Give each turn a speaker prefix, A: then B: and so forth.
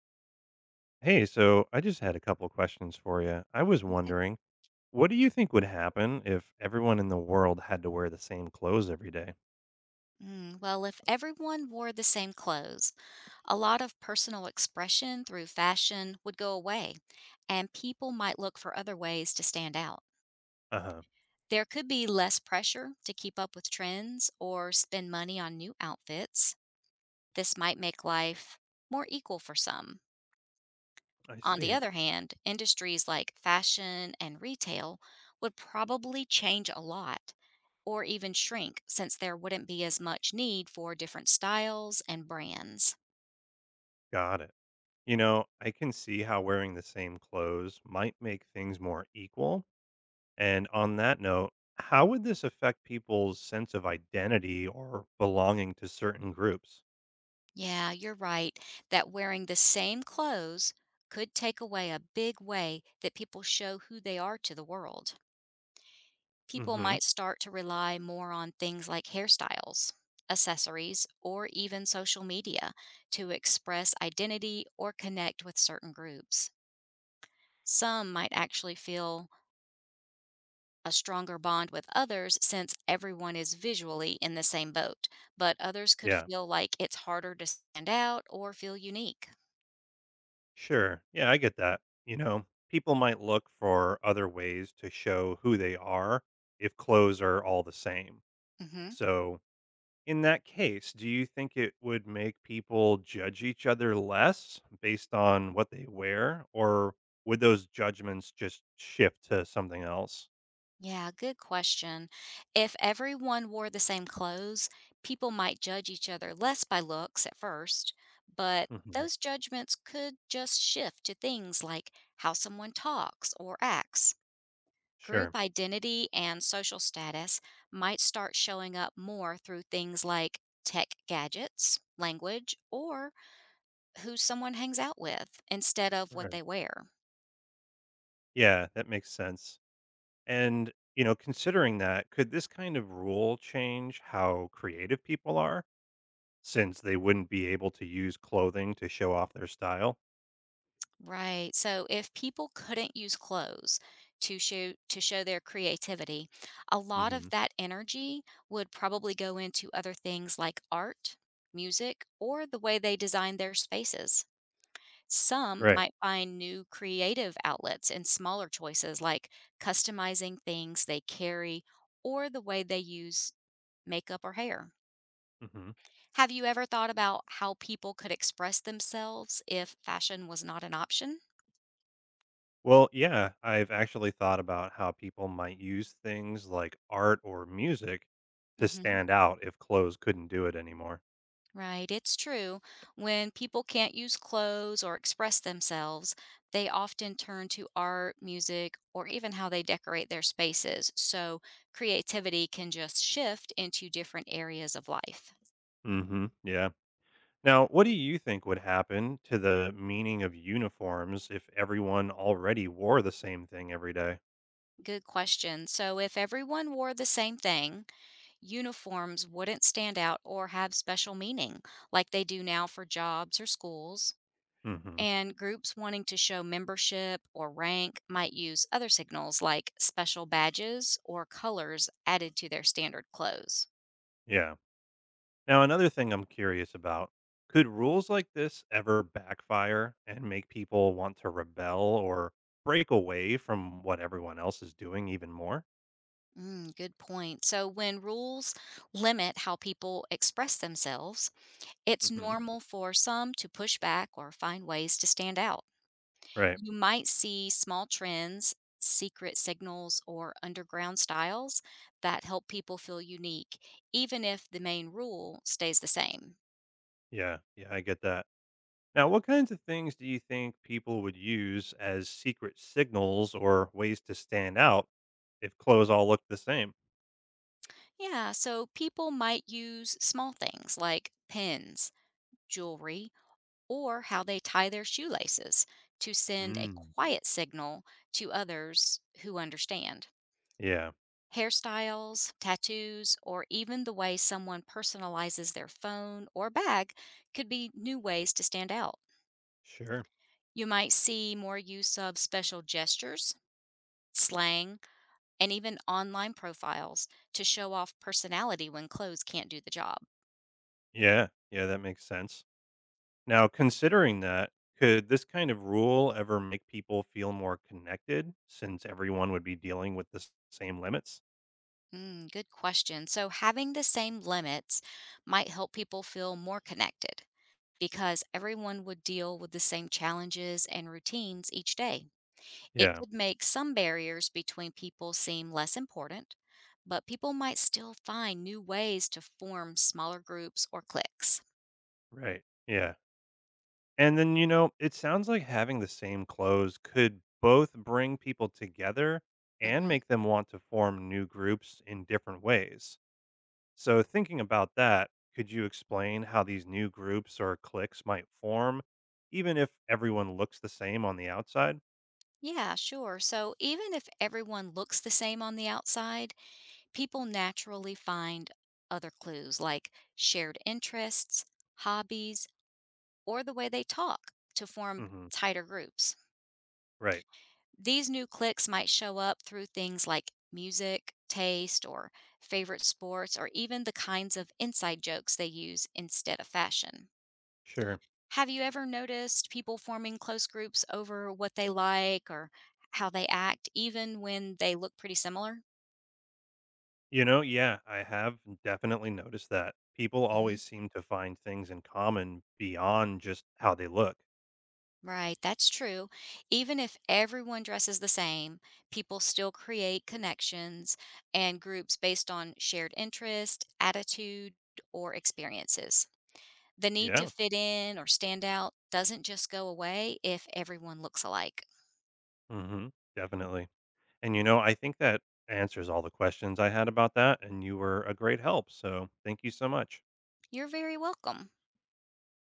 A: Hey, so I just had a couple questions for you. I was
B: Okay.
A: wondering, what do you think would happen if everyone in the world had to wear the same clothes every day?
B: Well, if everyone wore the same clothes, a lot of personal expression through fashion would go away, and people might look for other ways to stand out.
A: Uh huh.
B: There could be less pressure to keep up with trends or spend money on new outfits. This might make life more equal for some.
A: I
B: On the
A: see.
B: other hand, industries like fashion and retail would probably change a lot or even shrink since there wouldn't be as much need for different styles and brands.
A: Got it. You know, I can see how wearing the same clothes might make things more equal. And on that note, how would this affect people's sense of identity or belonging to certain groups?
B: Yeah, you're right that wearing the same clothes could take away a big way that people show who they are to the world.
A: Mm
B: People
A: hmm.
B: might start to rely more on things like hairstyles, accessories, or even social media to express identity or connect with certain groups. Some might actually feel a stronger bond with others since everyone is visually in the same boat, but others could
A: Yeah.
B: feel like it's harder to stand out or feel unique.
A: Sure. Yeah, I get that. You know, people might look for other ways to show who they are if clothes are all the same.
B: Hmm.
A: So, in that case, do you think it would make people judge each other less based on what they wear, or would those judgments just shift to something else?
B: Yeah, good question. If everyone wore the same clothes, people might judge each other less by looks at first, but
A: Hmm.
B: those judgments could just shift to things like how someone talks or acts.
A: Sure.
B: Group identity and social status might start showing up more through things like tech gadgets, language, or who someone hangs out with instead of what
A: Right.
B: they wear.
A: Yeah, that makes sense. And, you know, considering that, could this kind of rule change how creative people are, since they wouldn't be able to use clothing to show off their style?
B: Right. So if people couldn't use clothes to show their creativity, a lot of
A: Mhm.
B: that energy would probably go into other things like art, music, or the way they design their spaces. Some
A: Right.
B: might find new creative outlets in smaller choices like customizing things they carry or the way they use makeup or hair.
A: Mhm.
B: Have you ever thought about how people could express themselves if fashion was not an option?
A: Well, yeah, I've actually thought about how people might use things like art or music to
B: Hmm.
A: stand out if clothes couldn't do it anymore.
B: Right, it's true. When people can't use clothes or express themselves, they often turn to art, music, or even how they decorate their spaces. So creativity can just shift into different areas of life.
A: Mhm. Yeah. Now, what do you think would happen to the meaning of uniforms if everyone already wore the same thing every day?
B: Good question. So, if everyone wore the same thing, uniforms wouldn't stand out or have special meaning like they do now for jobs or schools.
A: Mhm.
B: And groups wanting to show membership or rank might use other signals like special badges or colors added to their standard clothes.
A: Yeah. Now, another thing I'm curious about, could rules like this ever backfire and make people want to rebel or break away from what everyone else is doing even more?
B: Good point. So, when rules limit how people express themselves, it's
A: Hmm.
B: normal for some to push back or find ways to stand out.
A: Right.
B: You might see small trends, secret signals, or underground styles that help people feel unique, even if the main rule stays the same.
A: Yeah. Yeah, I get that. Now, what kinds of things do you think people would use as secret signals or ways to stand out if clothes all look the same?
B: Yeah, so people might use small things like pins, jewelry, or how they tie their shoelaces to send a
A: Mm.
B: quiet signal to others who understand.
A: Yeah.
B: Hairstyles, tattoos, or even the way someone personalizes their phone or bag could be new ways to stand out.
A: Sure.
B: You might see more use of special gestures, slang, and even online profiles to show off personality when clothes can't do the job.
A: Yeah. Yeah, that makes sense. Now, considering that, could this kind of rule ever make people feel more connected since everyone would be dealing with the same limits?
B: Good question. So, having the same limits might help people feel more connected because everyone would deal with the same challenges and routines each day. It
A: Yeah,
B: could make some barriers between people seem less important, but people might still find new ways to form smaller groups or cliques.
A: right. Yeah. And then, you know, it sounds like having the same clothes could both bring people together and
B: Mhm.
A: make them want to form new groups in different ways. So, thinking about that, could you explain how these new groups or cliques might form, even if everyone looks the same on the outside?
B: Yeah, sure. So even if everyone looks the same on the outside, people naturally find other clues like shared interests, hobbies, or the way they talk to form
A: Hmm.
B: tighter groups.
A: Right.
B: These new cliques might show up through things like music, taste, or favorite sports, or even the kinds of inside jokes they use instead of fashion.
A: Sure.
B: Have you ever noticed people forming close groups over what they like or how they act, even when they look pretty similar?
A: You know, yeah, I have definitely noticed that. People
B: Mhm.
A: always seem to find things in common beyond just how they look.
B: Right, that's true. Even if everyone dresses the same, people still create connections and groups based on shared interest, attitude, or experiences. The need to
A: Yeah.
B: fit in or stand out doesn't just go away if everyone looks alike.
A: Hmm. Definitely. And you know, I think that answers all the questions I had about that. And you were a great help. So thank you so much.
B: You're very welcome.